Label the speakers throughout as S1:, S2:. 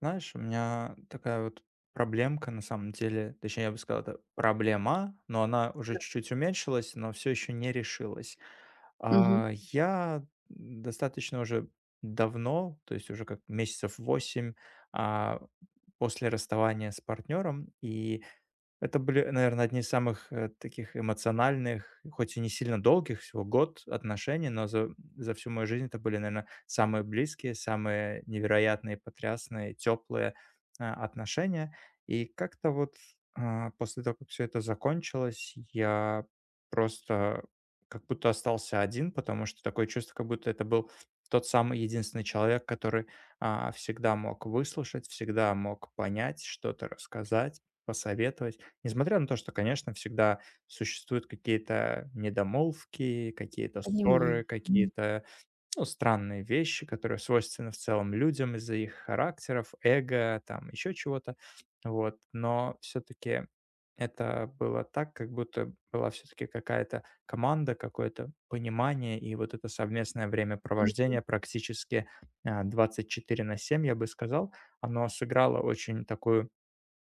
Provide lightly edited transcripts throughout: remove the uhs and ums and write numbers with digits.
S1: Знаешь, у меня такая вот проблемка на самом деле, точнее, я бы сказал, это проблема, но она уже
S2: Да.
S1: чуть-чуть уменьшилась, но все еще не решилась.
S2: Мгм.
S1: Я достаточно уже давно, то есть уже как месяцев 8 а, после расставания с партнером, и это были, наверное, одни из самых, таких эмоциональных, хоть и не сильно долгих, всего год отношений, но за всю мою жизнь это были, наверное, самые близкие, самые невероятные, потрясные, теплые, отношения. И как-то вот, после того, как все это закончилось, я просто как будто остался один, потому что такое чувство, как будто это был тот самый единственный человек, который, всегда мог выслушать, всегда мог понять, что-то рассказать, посоветовать. Несмотря на то, что, конечно, всегда существуют какие-то недомолвки, какие-то
S2: Понимаю.
S1: ссоры, какие-то, ну, странные вещи, которые свойственны в целом людям из-за их характеров, эго, там еще чего-то. Вот. Но все-таки это было так, как будто была все-таки какая-то команда, какое-то понимание и вот это совместное
S2: Мгм.
S1: времяпровождение практически 24 на 7, я бы сказал, оно сыграло очень такую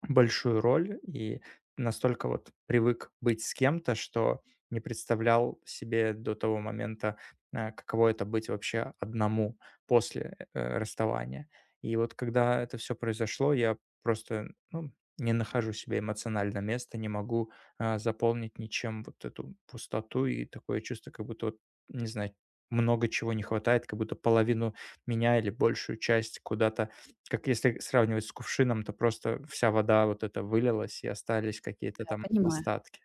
S1: большую роль и настолько вот привык быть с кем-то, что не представлял себе до того момента, каково это быть вообще одному после, расставания. И вот когда это все произошло, я просто, ну, не нахожу себе эмоционально места, не могу, заполнить ничем вот эту пустоту и такое чувство, как будто вот, не знаю, много чего не хватает, как будто половину меня или большую часть куда-то как если сравнивать с кувшином, то просто вся вода вот эта вылилась, и остались какие-то
S2: Да,
S1: там
S2: понимаю.
S1: остатки.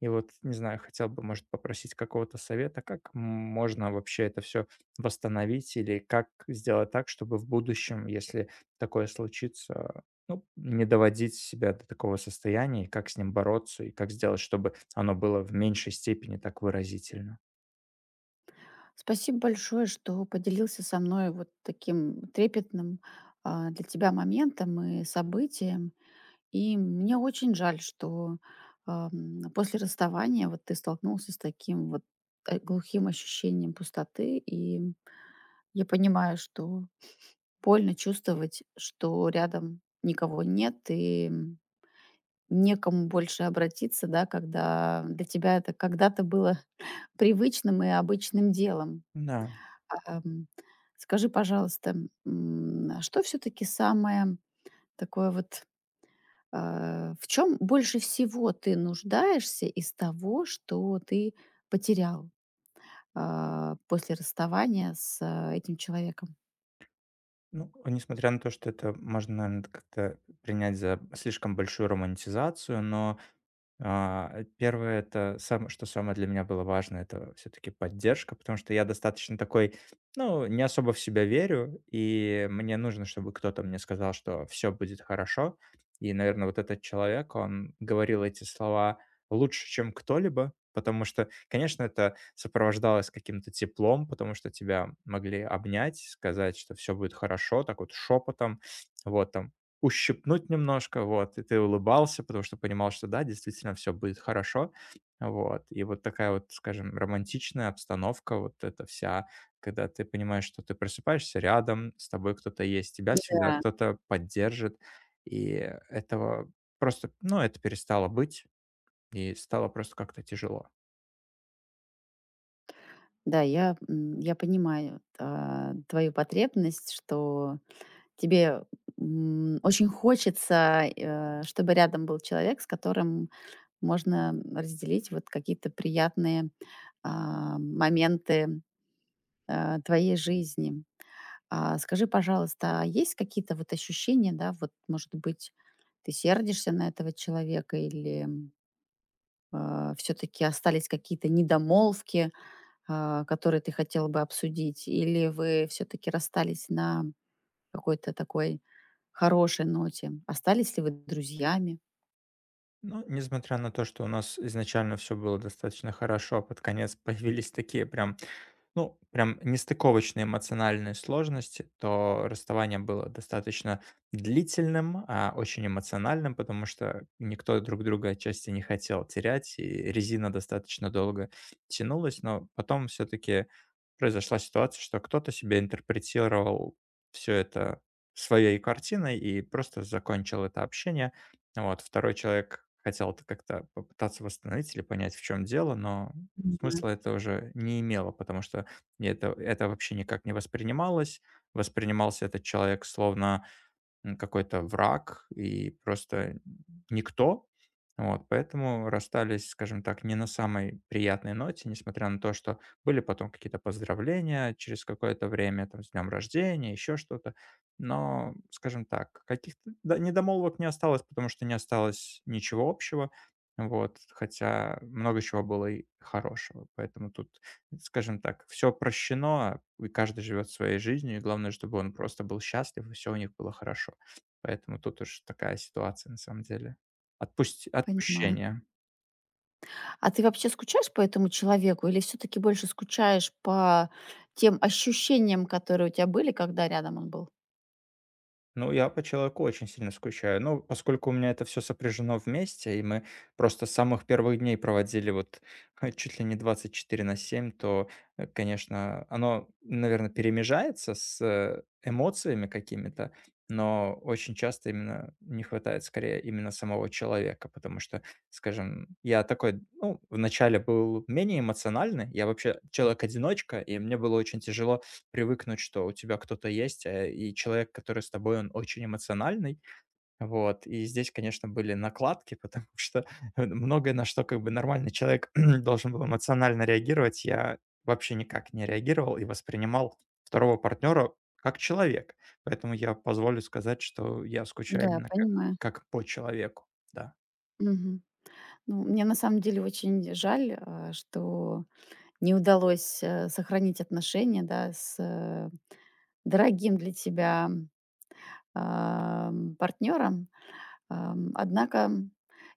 S1: И вот, не знаю, хотел бы, может, попросить какого-то совета, как можно вообще это все восстановить или как сделать так, чтобы в будущем, если такое случится, ну, не доводить себя до такого состояния, и как с ним бороться, и как сделать, чтобы оно было в меньшей степени так выразительно.
S2: Спасибо большое, что поделился со мной вот таким трепетным, для тебя моментом и событием. И мне очень жаль, что, после расставания вот ты столкнулся с таким вот, глухим ощущением пустоты. И я понимаю, что больно чувствовать, что рядом никого нет и некому больше обратиться, да, когда для тебя это когда-то было привычным и обычным делом.
S1: Да.
S2: Ам, Скажи, пожалуйста, а что все-таки самое такое вот, в чем больше всего ты нуждаешься из того, что ты потерял после расставания с этим человеком?
S1: Ну, несмотря на то, что это можно, наверно, как-то принять за слишком большую романтизацию, но а, э, это сам что самое для меня было важно- это все таки поддержка, потому что я достаточно такой, ну, не особо в себя верю, и мне нужно, чтобы кто-то мне сказал, что все будет хорошо. И, наверное, вот этот человек, он говорил эти слова лучше, чем кто-либо, потому что, конечно, это сопровождалось каким-то теплом, потому что тебя могли обнять, сказать, что все будет хорошо, так вот шепотом. Вот там ущипнуть немножко, вот, и ты улыбался, потому что понимал, что да, действительно все будет хорошо, вот. И вот такая вот, скажем, романтичная обстановка, вот эта вся, когда ты понимаешь, что ты просыпаешься рядом, с тобой кто-то есть, тебя всегда
S2: Да.
S1: кто-то поддержит, и этого просто, ну, это перестало быть, и стало просто как-то тяжело.
S2: Да, я понимаю твою потребность, что тебе, очень хочется, чтобы рядом был человек, с которым можно разделить вот какие-то приятные, моменты, твоей жизни. А скажи, пожалуйста, а есть какие-то вот ощущения, да, вот, может быть, ты сердишься на этого человека или, все таки остались какие-то недомолвки, которые ты хотела бы обсудить? Или вы все таки расстались на какой-то такой хорошей ноте. Остались ли вы друзьями?
S1: Ну, несмотря на то, что у нас изначально все было достаточно хорошо, а под конец появились такие прям ну, прям нестыковочные эмоциональные сложности, то расставание было достаточно длительным, очень эмоциональным, потому что никто друг друга отчасти не хотел терять, и резина достаточно долго тянулась, но потом все-таки произошла ситуация, что кто-то себе интерпретировал все это своей картиной и просто закончил это общение. Вот, второй человек хотел это как-то попытаться восстановить или понять, в чем дело, но
S2: Понимаю,
S1: смысла это уже не имело, потому что и это вообще никак не воспринималось. Воспринимался этот человек словно какой-то враг и просто никто. Вот, поэтому расстались, скажем так, не на самой приятной ноте, несмотря на то, что были потом какие-то поздравления через какое-то время, там, с днем рождения, еще что-то. Но, скажем так, каких-то недомолвок не осталось, потому что не осталось ничего общего. Вот, хотя много чего было и хорошего. Поэтому тут, скажем так, все прощено, и каждый живет своей жизнью, и главное, чтобы он просто был счастлив, и все у них было хорошо. Поэтому тут уж такая ситуация на самом деле. Отпусти
S2: понимаю.
S1: отпущение.
S2: А ты вообще скучаешь по этому человеку или все таки больше скучаешь по тем ощущениям, которые у тебя были, когда рядом он был?
S1: Ну, я по человеку очень сильно скучаю. Ну, поскольку у меня это все сопряжено вместе, и мы просто с самых первых дней проводили вот чуть ли не 24 на 7, то, конечно, оно, наверное, перемежается с эмоциями какими-то, но очень часто именно не хватает скорее именно самого человека, потому что, скажем, я такой, ну, вначале был менее эмоциональный, я вообще человек-одиночка, и мне было очень тяжело привыкнуть, что у тебя кто-то есть, и человек, который с тобой, он очень эмоциональный. Вот, и здесь, конечно, были накладки, потому что многое, на что как бы нормальный человек должен был эмоционально реагировать, я вообще никак не реагировал и воспринимал второго партнера как человек. Поэтому я позволю сказать, что я скучаю
S2: Да,
S1: именно
S2: понимаю.
S1: как по человеку. Да.
S2: Мгм. Ну, мне на самом деле очень жаль, что не удалось, сохранить отношения, да, с, дорогим для тебя, партнером. Однако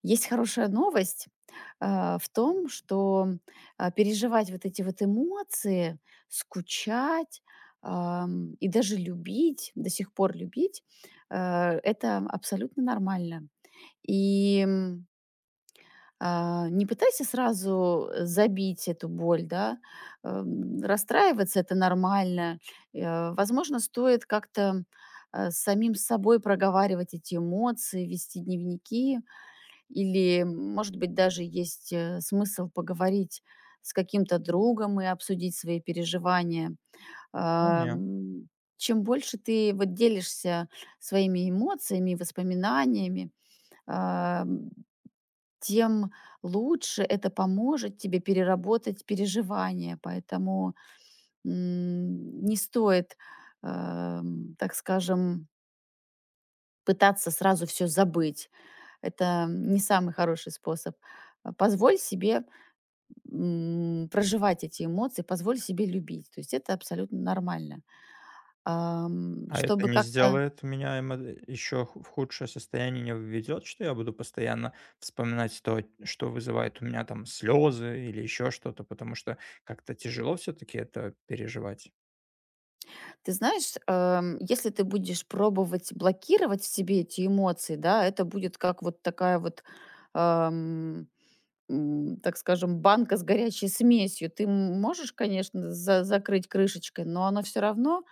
S2: есть хорошая новость, в том, что, переживать вот эти вот эмоции, скучать, и даже любить, до сих пор любить, это абсолютно нормально. И не пытайся сразу забить эту боль, да. Расстраиваться- это нормально. Возможно, стоит как-то, с самим собой проговаривать эти эмоции, вести дневники. Или, может быть, даже есть, смысл поговорить с каким-то другом и обсудить свои переживания. Ам, Чем больше ты вот делишься своими эмоциями и воспоминаниями, ам, тем лучше это поможет тебе переработать переживания. Поэтому, не стоит, так скажем, пытаться сразу все забыть. Это не самый хороший способ. Позволь себе проживать эти эмоции, позволь себе любить. То есть это абсолютно нормально. Ам,
S1: А это
S2: Чтобы
S1: не
S2: как-то,
S1: сделает меня эмо еще в худшее состояние не введет, что я буду постоянно вспоминать то, что вызывает у меня там слезы или еще что-то, потому что как-то тяжело все-таки это переживать.
S2: Ты знаешь, если ты будешь пробовать блокировать в себе эти эмоции, да, это будет как вот такая вот так скажем, банка с горячей смесью. Ты можешь, конечно, за закрыть крышечкой, но оно все равно,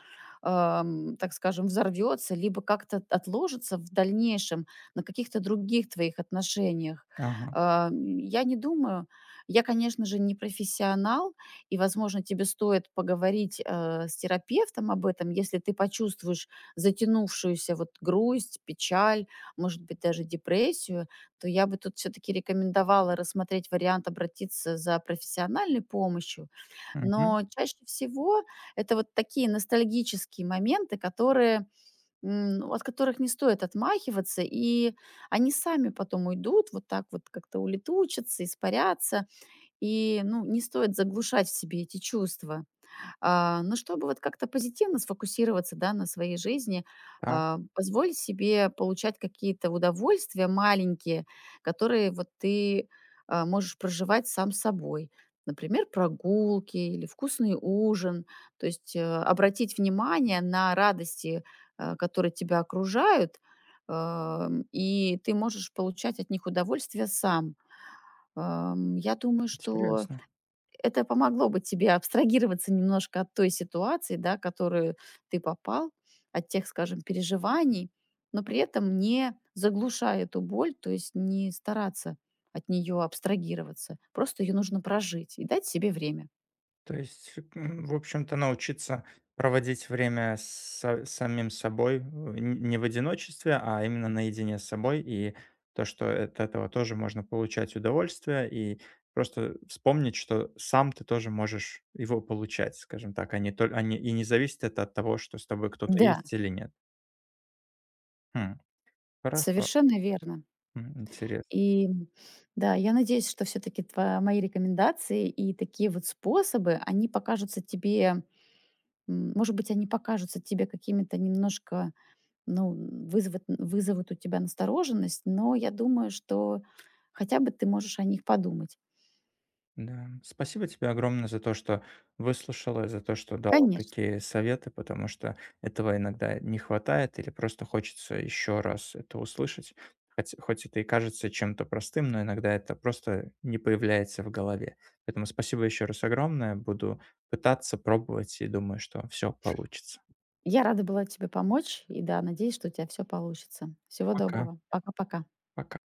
S2: так скажем, взорвется либо как-то отложится в дальнейшем на каких-то других твоих отношениях.
S1: Ага.
S2: А, м, я не думаю я, конечно же, не профессионал, и, возможно, тебе стоит поговорить, с терапевтом об этом, если ты почувствуешь затянувшуюся вот грусть, печаль, может быть, даже депрессию, то я бы тут все-таки рекомендовала рассмотреть вариант обратиться за профессиональной помощью.
S1: Мгм.
S2: Но чаще всего это вот такие ностальгические моменты, которые, ну, от которых не стоит отмахиваться, и они сами потом уйдут, вот так вот как-то улетучатся, испарятся, и ну, не стоит заглушать в себе эти чувства. Но чтобы вот как-то позитивно сфокусироваться, да, на своей жизни,
S1: Так,
S2: позволь себе получать какие-то удовольствия маленькие, которые вот ты можешь проживать сам с собой. Например, прогулки или вкусный ужин. То есть, обратить внимание на радости, которые тебя окружают, и ты можешь получать от них удовольствие сам. Я думаю, что
S1: интересно.
S2: это помогло бы тебе абстрагироваться немножко от той ситуации, да, в которую ты попал, от тех, скажем, переживаний, но при этом не заглушая эту боль, то есть не стараться от нее абстрагироваться. Просто ее нужно прожить и дать себе время.
S1: То есть, в общем-то, научиться проводить время с самим собой, не в одиночестве, а именно наедине с собой, и то, что от этого тоже можно получать удовольствие, и просто вспомнить, что сам ты тоже можешь его получать, скажем так, а не толь- а не- и не зависит это от того, что с тобой кто-то
S2: Да,
S1: есть или нет. Хм, хорошо.
S2: совершенно верно.
S1: М, интересно.
S2: И да, я надеюсь, что все-таки мои рекомендации и такие вот способы, они покажутся тебе, может быть, они покажутся тебе какими-то немножко ну, вызовут у тебя настороженность, но я думаю, что хотя бы ты можешь о них подумать.
S1: Да, спасибо тебе огромное за то, что выслушала, за то, что дала
S2: Конечно.
S1: такие советы, потому что этого иногда не хватает или просто хочется еще раз это услышать. Хоть это и кажется чем-то простым, но иногда это просто не появляется в голове. Поэтому спасибо еще раз огромное. Буду пытаться, пробовать и думаю, что все получится.
S2: Я рада была тебе помочь и, да, надеюсь, что у тебя все получится. Всего
S1: Пока,
S2: доброго. Пока-пока.
S1: пока.